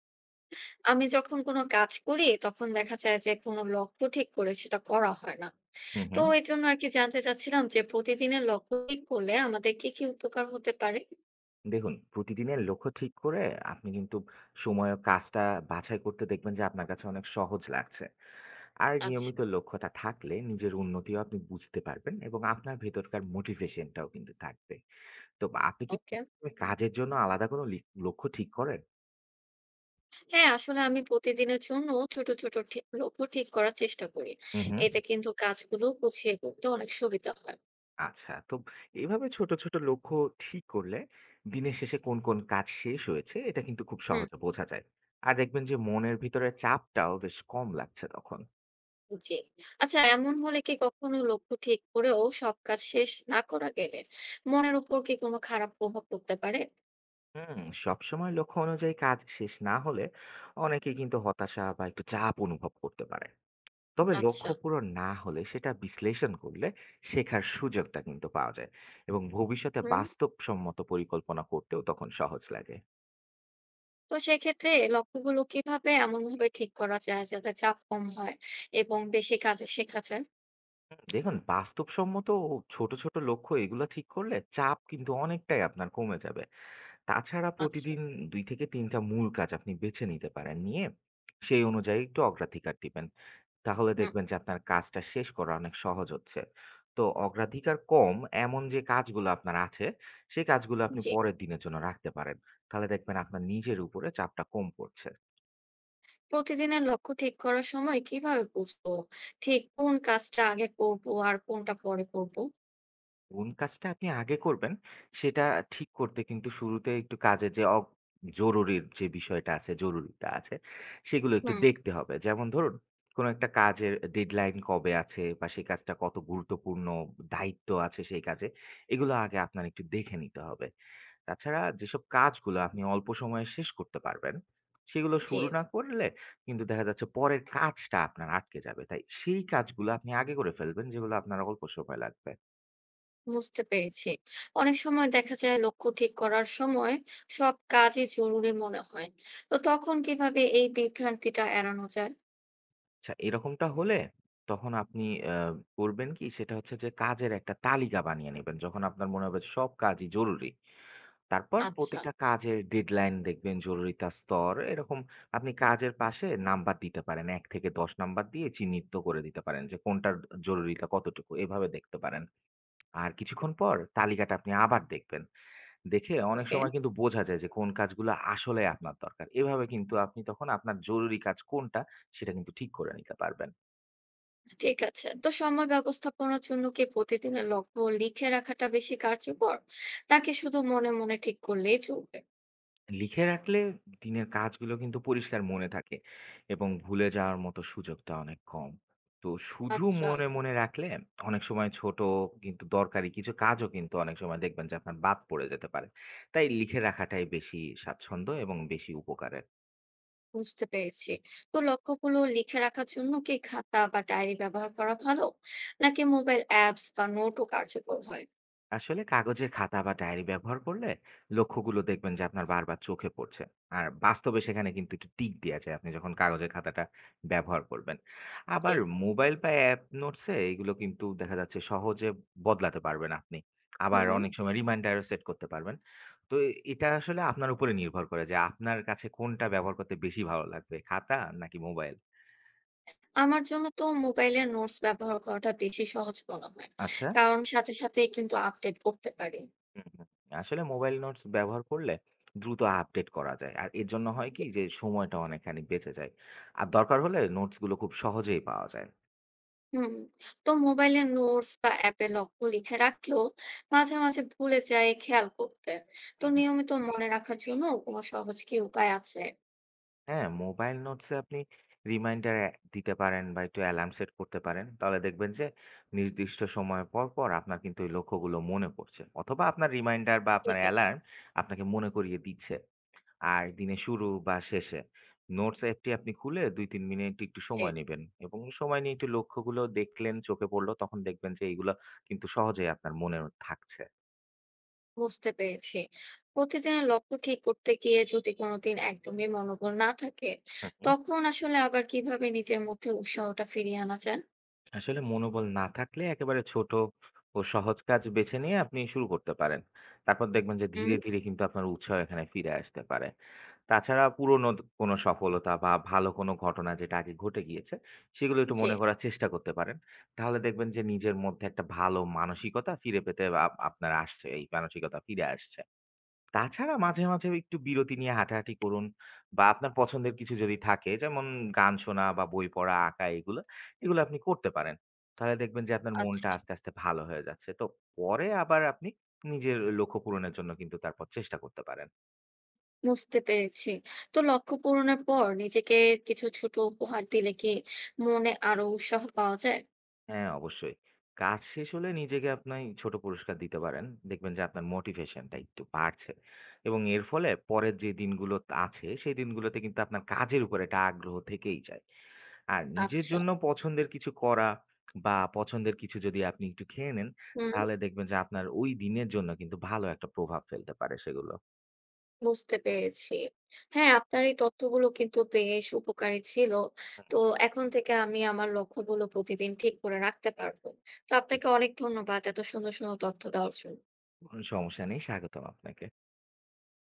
আমি যখন কোনো কাজ করি তখন দেখা যায় যে কোনো লক্ষ্য ঠিক করে সেটা করা হয় না। হুম, তো হুম। এই জন্য আর কি জানতে চাচ্ছিলাম, যে প্রতিদিনের লক্ষ্য ঠিক করলে আমাদের কি কি উপকার হতে পারে? দেখুন প্রতিদিনের লক্ষ্য ঠিক করে আপনি কিন্তু সময় ও কাজটা বাছাই করতে দেখবেন যে আপনার কাছে অনেক সহজ লাগছে। আর আচ্ছা। নিয়মিত লক্ষ্যটা থাকলে নিজের উন্নতিও আপনি বুঝতে পারবেন এবং আপনার ভেতরকার মোটিভেশনটাও কিন্তু থাকবে। তো আপনি কি ওকে। কাজের জন্য আলাদা কোনো লক্ষ্য ঠিক করেন? হ্যাঁ, আসলে আমি প্রতিদিনের জন্য ছোট ছোট লক্ষ্য ঠিক করার চেষ্টা করি। হুম, হুম। এতে কিন্তু কাজগুলো গুছিয়ে করতে অনেক সুবিধা হয়। আচ্ছা। তো এভাবে ছোট, ছোট লক্ষ্য ঠিক করলে দিনের শেষে কোন, কোন কাজ শেষ হয়েছে এটা কিন্তু খুব হুম। সহজে বোঝা যায়। আর দেখবেন যে মনের ভিতরে চাপটাও বেশ কম লাগছে তখন। জি। আচ্ছা, এমন হলে কি কখনো লক্ষ্য ঠিক করেও সব কাজ শেষ না করা গেলে মনের উপর কি কোনো খারাপ প্রভাব পড়তে পারে? হুম, সবসময় লক্ষ্য অনুযায়ী কাজ শেষ না হলে অনেকে কিন্তু হতাশা বা একটু চাপ অনুভব করতে পারে। তবে আচ্ছা। লক্ষ্য পূরণ না হলে সেটা বিশ্লেষণ করলে শেখার সুযোগটা কিন্তু পাওয়া যায় এবং ভবিষ্যতে হুম। বাস্তবসম্মত পরিকল্পনা করতেও তখন সহজ লাগে। তো সেক্ষেত্রে লক্ষ্যগুলো কিভাবে এমনভাবে ঠিক করা যায় যাতে চাপ কম হয় এবং বেশি কাজে শেখা যায়? হুম, দেখুন বাস্তবসম্মত ও ছোট ছোট লক্ষ্য এগুলো ঠিক করলে চাপ কিন্তু অনেকটাই আপনার কমে যাবে। তাছাড়া আচ্ছা। প্রতিদিন ২-৩টা মূল কাজ আপনি বেছে নিতে পারেন নিয়ে, সেই অনুযায়ী একটু অগ্রাধিকার দিবেন। তাহলে হুম। দেখবেন যে আপনার কাজটা শেষ করা অনেক সহজ হচ্ছে। তো অগ্রাধিকার কম এমন যে কাজগুলো আপনার আছে, সেই কাজগুলো আপনি জি। পরের দিনের জন্য রাখতে পারেন। তাহলে দেখবেন আপনার নিজের উপরে চাপটা কম পড়ছে। প্রতিদিনের লক্ষ্য ঠিক করার সময় কিভাবে বুঝবো ঠিক কোন কাজটা আগে করব আর কোনটা পরে করব? কোন কাজটা আপনি আগে করবেন সেটা ঠিক করতে কিন্তু শুরুতে একটু কাজের যে জরুরির যে বিষয়টা আছে, জরুরিটা আছে সেগুলো একটু হুম। দেখতে হবে। যেমন ধরুন, কোন একটা কাজের ডেডলাইন কবে আছে বা সেই কাজটা কত গুরুত্বপূর্ণ, দায়িত্ব আছে সেই কাজে, এগুলো আগে আপনার একটু দেখে নিতে হবে। তাছাড়া যেসব কাজগুলো আপনি অল্প সময়ে শেষ করতে পারবেন, সেগুলো জি। শুরু না করলে কিন্তু দেখা যাচ্ছে পরের কাজটা আপনার আটকে যাবে। তাই সেই কাজগুলো আপনি আগে করে ফেলবেন, যেগুলো আপনার অল্প সময় লাগবে। বুঝতে পেরেছি। অনেক সময় দেখা যায় লক্ষ্য ঠিক করার সময় সব কাজই জরুরি মনে হয়। তো তখন কিভাবে এই বিভ্রান্তিটা এড়ানো যায়? আচ্ছা, এরকমটা হলে তখন আপনি আ করবেন কি? সেটা হচ্ছে যে কাজের একটা তালিকা বানিয়ে নিবেন, যখন আপনার মনে হবে সব কাজই জরুরি। তারপর আচ্ছা। প্রতিটা কাজের ডেডলাইন দেখবেন, জরুরিতা স্তর এরকম আপনি কাজের পাশে নাম্বার দিতে পারেন। ১-১০ নাম্বার দিয়ে চিহ্নিত করে দিতে পারেন যে কোনটার জরুরিতা কতটুকু, এভাবে দেখতে পারেন। আর কিছুক্ষণ পর তালিকাটা আপনি আবার দেখবেন, দেখে অনেক ওকে। সময় কিন্তু বোঝা যায় যে কোন কাজগুলো আসলে আপনার দরকার। এভাবে কিন্তু আপনি তখন আপনার জরুরি কাজ কোনটা সেটা কিন্তু ঠিক করে নিতে পারবেন। ঠিক আছে, তো সময় ব্যবস্থাপনার জন্য কি প্রতিদিনের লক্ষ্য লিখে রাখাটা বেশি কার্যকর, নাকি শুধু মনে মনে ঠিক করলেই চলবে? লিখে রাখলে দিনের কাজগুলো কিন্তু পরিষ্কার মনে থাকে এবং ভুলে যাওয়ার মতো সুযোগটা অনেক কম। তো শুধু আচ্ছা। মনে মনে রাখলে অনেক সময় ছোট কিন্তু দরকারি কিছু কাজও কিন্তু অনেক সময় দেখবেন যে আপনার বাদ পড়ে যেতে পারে। তাই লিখে রাখাটাই বেশি স্বাচ্ছন্দ্য এবং বেশি উপকারের। বুঝতে পেরেছি। তো লক্ষ্যগুলো লিখে রাখার জন্য কি খাতা বা ডায়েরি ব্যবহার করা ভালো, নাকি মোবাইল অ্যাপস বা নোটও কার্যকর হয়? আসলে কাগজের খাতা বা ডায়েরি ব্যবহার করলে লক্ষ্যগুলো দেখবেন যে আপনার বারবার চোখে পড়ছে। আর বাস্তবে সেখানে কিন্তু একটু টিক দেওয়া যায় আপনি যখন কাগজের খাতাটা ব্যবহার করবেন। জি। আবার মোবাইল বা অ্যাপ নোটসে এগুলো কিন্তু দেখা যাচ্ছে সহজে বদলাতে পারবেন আপনি, আবার হুম। অনেক সময় রিমাইন্ডারও সেট করতে পারবেন। তো এটা আসলে আপনার উপরে নির্ভর করে যে আপনার কাছে কোনটা ব্যবহার করতে বেশি ভালো লাগবে, খাতা নাকি মোবাইল। আমার জন্য তো মোবাইলের নোটস ব্যবহার করাটা বেশি সহজ মনে হয়, আচ্ছা। কারণ সাথে সাথে কিন্তু আপডেট করতে পারি। হুম, হুম। আসলে মোবাইল নোটস ব্যবহার করলে দ্রুত আপডেট করা যায়। আর এর জন্য হয় কি যে সময়টা অনেকখানি বেঁচে যায়। আর দরকার হলে নোটস গুলো খুব সহজেই পাওয়া যায়। হুম। তো মোবাইলে নোটস বা অ্যাপে লক্ষ্য লিখে রাখলেও মাঝে মাঝে ভুলে যায় খেয়াল করতে। তো হুম, হুম। নিয়মিত মনে রাখার জন্য কোনো সহজ কি উপায় আছে? হ্যাঁ, মোবাইল নোটসে আপনি রিমাইন্ডার দিতে পারেন বা একটু অ্যালার্ম সেট করতে পারেন। তাহলে দেখবেন যে নির্দিষ্ট সময় পর, পর আপনার কিন্তু ওই লক্ষ্যগুলো মনে পড়ছে। অথবা আপনার রিমাইন্ডার বা আপনার ঠিক আছে। অ্যালার্ম আপনাকে মনে করিয়ে দিচ্ছে। আর দিনের শুরু বা শেষে নোটস অ্যাপটি আপনি খুলে ২-৩ মিনিট একটু যে। সময় নেবেন এবং সময় নিয়ে একটু লক্ষ্যগুলো দেখলেন, চোখে পড়লো, তখন দেখবেন যে এইগুলা কিন্তু সহজেই আপনার মনে থাকছে। বুঝতে পেরেছি। প্রতিদিনের লক্ষ্য ঠিক করতে গিয়ে যদি কোনোদিন একদমই মনোবল না থাকে, হুম, হুম। তখন আসলে আবার কিভাবে নিজের মধ্যে উৎসাহটা ফিরিয়ে আনা যায়? আসলে মনোবল না থাকলে একেবারে ছোট ও সহজ কাজ বেছে নিয়ে আপনি শুরু করতে পারেন। তারপর দেখবেন যে হুম। ধীরে, ধীরে কিন্তু আপনার উৎসাহ এখানে ফিরে আসতে পারে। তাছাড়া পুরনো কোনো সফলতা বা ভালো কোনো ঘটনা যেটা আগে ঘটে গিয়েছে, সেগুলো একটু যে। মনে করার চেষ্টা করতে পারেন। তাহলে দেখবেন যে নিজের মধ্যে একটা ভালো মানসিকতা ফিরে পেতে আপনার আসছে, এই মানসিকতা ফিরে আসছে। তাছাড়া মাঝে, মাঝে একটু বিরতি নিয়ে হাঁটাহাঁটি করুন বা আপনার পছন্দের কিছু যদি থাকে, যেমন গান শোনা বা বই পড়া, আঁকা এগুলো, এগুলো আপনি করতে পারেন। তাহলে দেখবেন যে আপনার মনটা আচ্ছা। আস্তে, আস্তে ভালো হয়ে যাচ্ছে। তো পরে আবার আপনি নিজের লক্ষ্য পূরণের জন্য কিন্তু তারপর চেষ্টা করতে পারেন। বুঝতে পেরেছি। তো লক্ষ্য পূরণের পর নিজেকে কিছু ছোট উপহার দিলে কি মনে আরো উৎসাহ পাওয়া যায়? হ্যাঁ, অবশ্যই। কাজ শেষ হলে নিজেকে আপনি ছোট পুরস্কার দিতে পারেন। দেখবেন যে আপনার মোটিভেশনটা একটু বাড়ছে। এবং এর ফলে পরের যে দিনগুলো আছে, সেই দিনগুলোতে কিন্তু আপনার কাজের উপর একটা আগ্রহ থেকেই যায়। আর নিজের আচ্ছা, জন্য পছন্দের কিছু করা বা পছন্দের কিছু যদি আপনি একটু খেয়ে নেন, হুম, তাহলে দেখবেন যে আপনার ওই দিনের জন্য কিন্তু ভালো একটা প্রভাব ফেলতে পারে সেগুলো। বুঝতে পেরেছি। হ্যাঁ, আপনার এই তথ্যগুলো কিন্তু বেশ উপকারী ছিল। হুম, তো এখন থেকে আমি আমার লক্ষ্যগুলো প্রতিদিন ঠিক করে রাখতে পারবো। তো জি। আপনাকে অনেক ধন্যবাদ এত সুন্দর, সুন্দর তথ্য দেওয়ার জন্য। কোনো সমস্যা নেই। স্বাগতম আপনাকে।